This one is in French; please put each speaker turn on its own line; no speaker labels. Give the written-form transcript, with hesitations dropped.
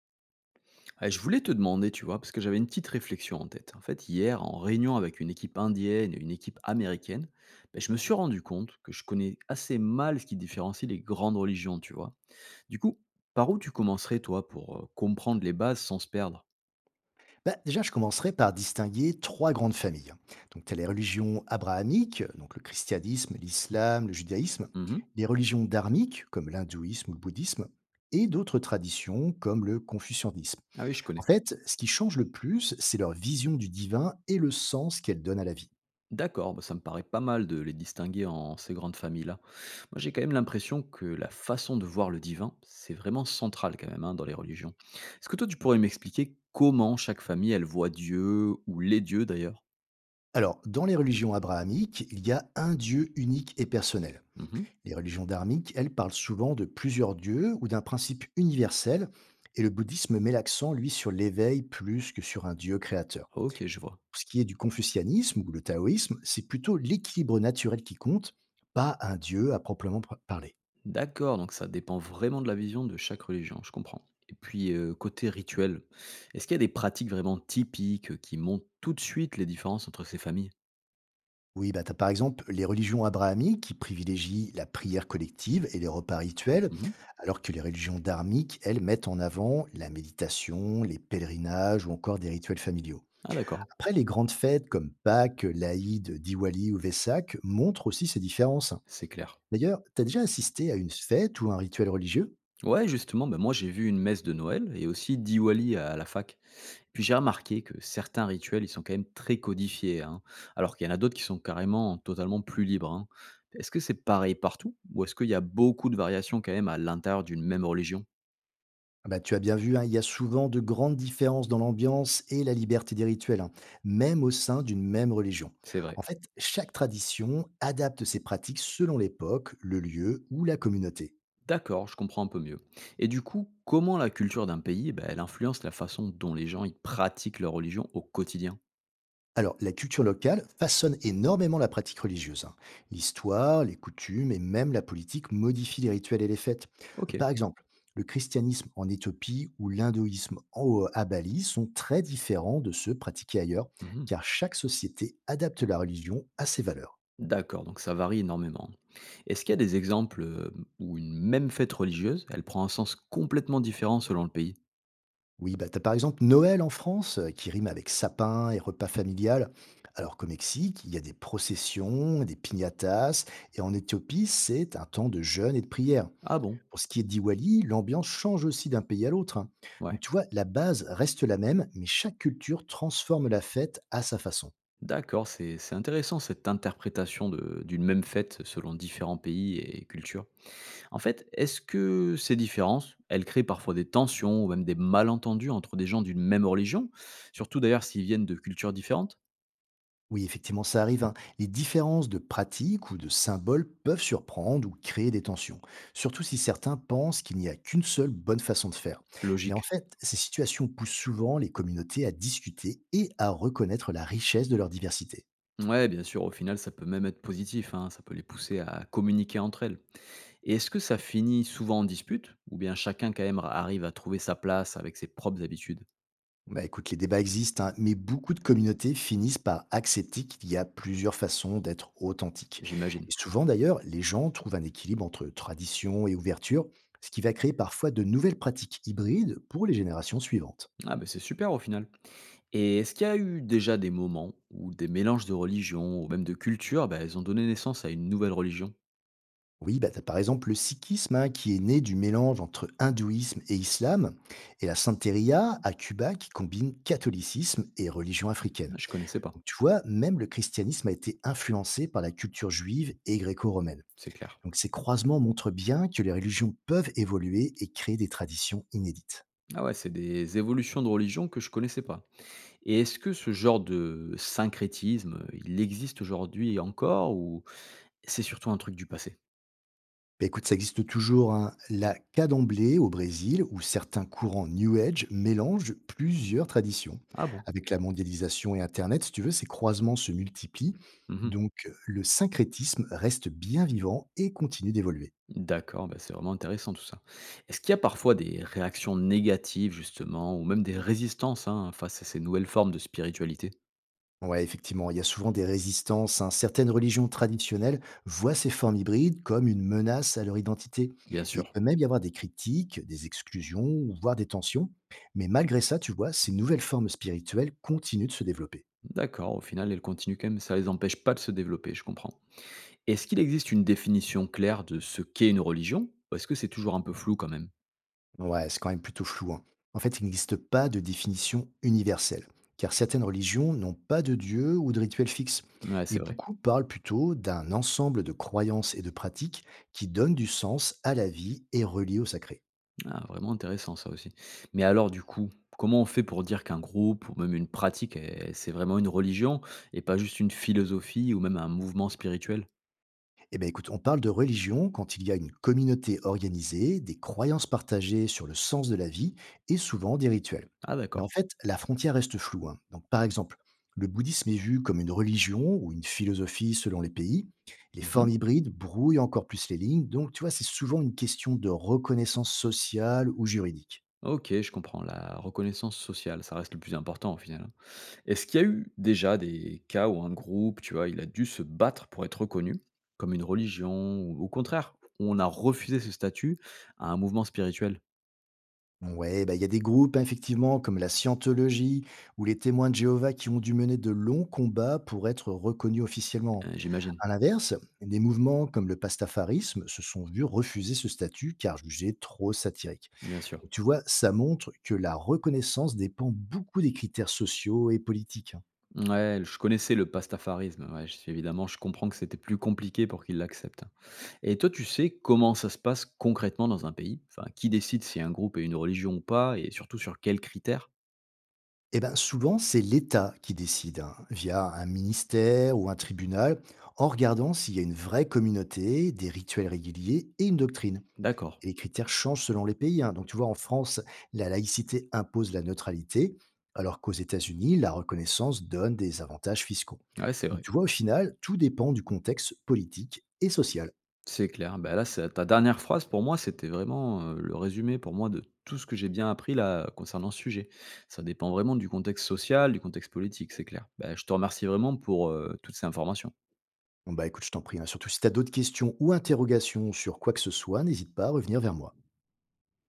Ah, je voulais te demander, tu vois, parce que j'avais une petite réflexion en tête. En fait, hier, en réunion avec une équipe indienne et une équipe américaine, ben, je me suis rendu compte que je connais assez mal ce qui différencie les grandes religions, tu vois. Du coup, par où tu commencerais, toi, pour comprendre les bases sans se perdre.
Bah, déjà, je commencerai par distinguer trois grandes familles. Donc, tu as les religions abrahamiques, donc le christianisme, l'islam, le judaïsme,
Mhm.
les religions dharmiques, comme l'hindouisme ou le bouddhisme, et d'autres traditions, comme le confucianisme.
Ah oui, je
En
connais.
fait, ce qui change le plus, c'est leur vision du divin et le sens qu'elle donne à la vie.
D'accord, bah, ça me paraît pas mal de les distinguer en ces grandes familles-là. Moi, j'ai quand même l'impression que la façon de voir le divin, c'est vraiment central quand même hein, dans les religions. Est-ce que toi, tu pourrais m'expliquer comment chaque famille, elle voit Dieu, ou les dieux d'ailleurs?
Alors, dans les religions abrahamiques, il y a un Dieu unique et personnel.
Mhm.
Les religions dharmiques, elles, parlent souvent de plusieurs dieux ou d'un principe universel, et le bouddhisme met l'accent, lui, sur l'éveil plus que sur un dieu créateur.
Ok, je vois.
Pour ce qui est du confucianisme ou le taoïsme, c'est plutôt l'équilibre naturel qui compte, pas un dieu à proprement parler.
D'accord, donc ça dépend vraiment de la vision de chaque religion, je comprends. Et puis, côté rituel, est-ce qu'il y a des pratiques vraiment typiques qui montrent tout de suite les différences entre ces familles?
Oui, bah t'as par exemple les religions abrahamiques qui privilégient la prière collective et les repas rituels,
Mhm.
alors que les religions dharmiques, elles, mettent en avant la méditation, les pèlerinages ou encore des rituels familiaux.
Ah d'accord,
Après, les grandes fêtes comme Pâques, l'Aïd, Diwali ou Vesak montrent aussi ces différences.
c'est clair.
D'ailleurs, tu as déjà assisté à une fête ou un rituel religieux?
Ouais, justement, ben moi j'ai vu une messe de Noël et aussi Diwali à la fac. Puis j'ai remarqué que certains rituels, ils sont quand même très codifiés, hein, alors qu'il y en a d'autres qui sont carrément totalement plus libres, hein. Est-ce que c'est pareil partout ou est-ce qu'il y a beaucoup de variations quand même à l'intérieur d'une même religion?
Ah bah, tu as bien vu, hein, il y a souvent de grandes différences dans l'ambiance et la liberté des rituels, hein, même au sein d'une même religion.
C'est vrai.
En fait, chaque tradition adapte ses pratiques selon l'époque, le lieu ou la communauté.
D'accord, je comprends un peu mieux. Et du coup, comment la culture d'un pays, ben elle influence la façon dont les gens ils pratiquent leur religion au quotidien?
Alors, la culture locale façonne énormément la pratique religieuse, hein. L'histoire, les coutumes et même la politique modifient les rituels et les fêtes.
Ok.
Par exemple, le christianisme en Éthiopie ou l'hindouisme à Bali sont très différents de ceux pratiqués ailleurs,
Mhm.
car chaque société adapte la religion à ses valeurs.
D'accord, donc ça varie énormément. Est-ce qu'il y a des exemples où une même fête religieuse, elle prend un sens complètement différent selon le pays?
Oui, bah, t'as par exemple Noël en France, qui rime avec sapin et repas familial, alors qu'au Mexique, il y a des processions, des piñatas, et en Éthiopie, c'est un temps de jeûne et de prière.
Ah bon.
Pour ce qui est de Diwali, l'ambiance change aussi d'un pays à l'autre, hein. Donc
Ouais.
tu vois, la base reste la même, mais chaque culture transforme la fête à sa façon.
D'accord, c'est intéressant cette interprétation de- d'une même fête selon différents pays et cultures. En fait, est-ce que ces différences, elles créent parfois des tensions ou même des malentendus entre des gens d'une même religion? Surtout d'ailleurs s'ils viennent de cultures différentes.
Oui, effectivement, ça arrive, hein. Les différences de pratiques ou de symboles peuvent surprendre ou créer des tensions, surtout si certains pensent qu'il n'y a qu'une seule bonne façon de faire. Mais en
Logique.
fait, ces situations poussent souvent les communautés à discuter et à reconnaître la richesse de leur diversité.
Ouais, bien sûr, au final, ça peut même être positif, hein, ça peut les pousser à communiquer entre elles. Et est-ce que ça finit souvent en dispute ou bien chacun quand même arrive à trouver sa place avec ses propres habitudes?
Bah écoute, les débats existent, hein, mais beaucoup de communautés finissent par accepter qu'il y a plusieurs façons d'être authentique. Et
J'imagine.
souvent d'ailleurs, les gens trouvent un équilibre entre tradition et ouverture, ce qui va créer parfois de nouvelles pratiques hybrides pour les générations suivantes.
Ah ben c'est super au final. Et est-ce qu'il y a eu déjà des moments où des mélanges de religions ou même de cultures, ben elles ont donné naissance à une nouvelle religion?
Oui, bah t'as par exemple le sikhisme hein, qui est né du mélange entre hindouisme et islam, et la santeria à Cuba qui combine catholicisme et religion africaine.
Ah, je connaissais pas,
Donc tu vois, même le christianisme a été influencé par la culture juive et gréco-romaine.
c'est clair.
Donc ces croisements montrent bien que les religions peuvent évoluer et créer des traditions inédites.
Ah ouais, c'est des évolutions de religions que je connaissais pas. Et est-ce que ce genre de syncrétisme, il existe aujourd'hui encore ou c'est surtout un truc du passé?
Bah, écoute, ça existe toujours hein, la cadomblée au Brésil, où certains courants New Age mélangent plusieurs traditions.
Ah bon?
Avec la mondialisation et Internet, si tu veux, ces croisements se multiplient,
Mmh.
donc le syncrétisme reste bien vivant et continue d'évoluer.
D'accord, bah, c'est vraiment intéressant tout ça. Est-ce qu'il y a parfois des réactions négatives justement, ou même des résistances hein, face à ces nouvelles formes de spiritualité?
Ouais, effectivement, il y a souvent des résistances, hein. Certaines religions traditionnelles voient ces formes hybrides comme une menace à leur identité.
Bien
Et il
sûr.
peut même y avoir des critiques, des exclusions, ou voire des tensions. Mais malgré ça, tu vois, ces nouvelles formes spirituelles continuent de se développer.
D'accord, au final, elles continuent quand même, ça les empêche pas de se développer, je comprends. Est-ce qu'il existe une définition claire de ce qu'est une religion? Ou est-ce que c'est toujours un peu flou quand même?
Ouais, c'est quand même plutôt flou, hein. En fait, il n'existe pas de définition universelle, car certaines religions n'ont pas de dieu ou de rituel fixe.
Ouais,
Et
c'est vrai.
beaucoup parlent plutôt d'un ensemble de croyances et de pratiques qui donnent du sens à la vie et relient au sacré.
Ah, vraiment intéressant ça aussi. Mais alors du coup, comment on fait pour dire qu'un groupe ou même une pratique, eh, c'est vraiment une religion et pas juste une philosophie ou même un mouvement spirituel?
Eh bien, écoute, on parle de religion quand il y a une communauté organisée, des croyances partagées sur le sens de la vie et souvent des rituels.
Ah
Mais en
d'accord.
fait, la frontière reste floue, hein. Donc, par exemple, le bouddhisme est vu comme une religion ou une philosophie selon les pays. Les formes
Mhm.
hybrides brouillent encore plus les lignes. Donc, tu vois, c'est souvent une question de reconnaissance sociale ou juridique.
OK, je comprends. La reconnaissance sociale, ça reste le plus important au final, hein. Est-ce qu'il y a eu déjà des cas où un groupe, tu vois, il a dû se battre pour être reconnu, comme une religion, ou au contraire, où on a refusé ce statut à un mouvement spirituel?
Ouais, bah, il y a des groupes, hein, effectivement, comme la Scientologie ou les témoins de Jéhovah qui ont dû mener de longs combats pour être reconnus officiellement.
J'imagine,
À l'inverse, des mouvements comme le pastafarisme se sont vus refuser ce statut car jugés trop satiriques.
bien sûr.
Donc, tu vois, ça montre que la reconnaissance dépend beaucoup des critères sociaux et politiques, hein.
Ouais, je connaissais le pastafarisme, ouais, je suis- évidemment, je comprends que c'était plus compliqué pour qu'il l'accepte. Et toi, tu sais comment ça se passe concrètement dans un pays? Enfin, qui décide si un groupe est une religion ou pas, et surtout sur quels critères?
Eh ben, souvent, c'est l'État qui décide, hein, via un ministère ou un tribunal, en regardant s'il y a une vraie communauté, des rituels réguliers et une doctrine.
D'accord,
Et les critères changent selon les pays, hein. Donc, tu vois, en France, la laïcité impose la neutralité, alors qu'aux États-Unis, la reconnaissance donne des avantages fiscaux.
ouais, c'est
Donc,
vrai.
tu vois, au final, tout dépend du contexte politique et social.
C'est clair. Bah, là, c'est ta dernière phrase pour moi, c'était vraiment, le résumé pour moi de tout ce que j'ai bien appris là, concernant ce sujet. Ça dépend vraiment du contexte social, du contexte politique, c'est clair. Bah, je te remercie vraiment pour, toutes ces informations.
Bon, bah écoute, je t'en prie, hein. Surtout si tu as d'autres questions ou interrogations sur quoi que ce soit, n'hésite pas à revenir vers moi.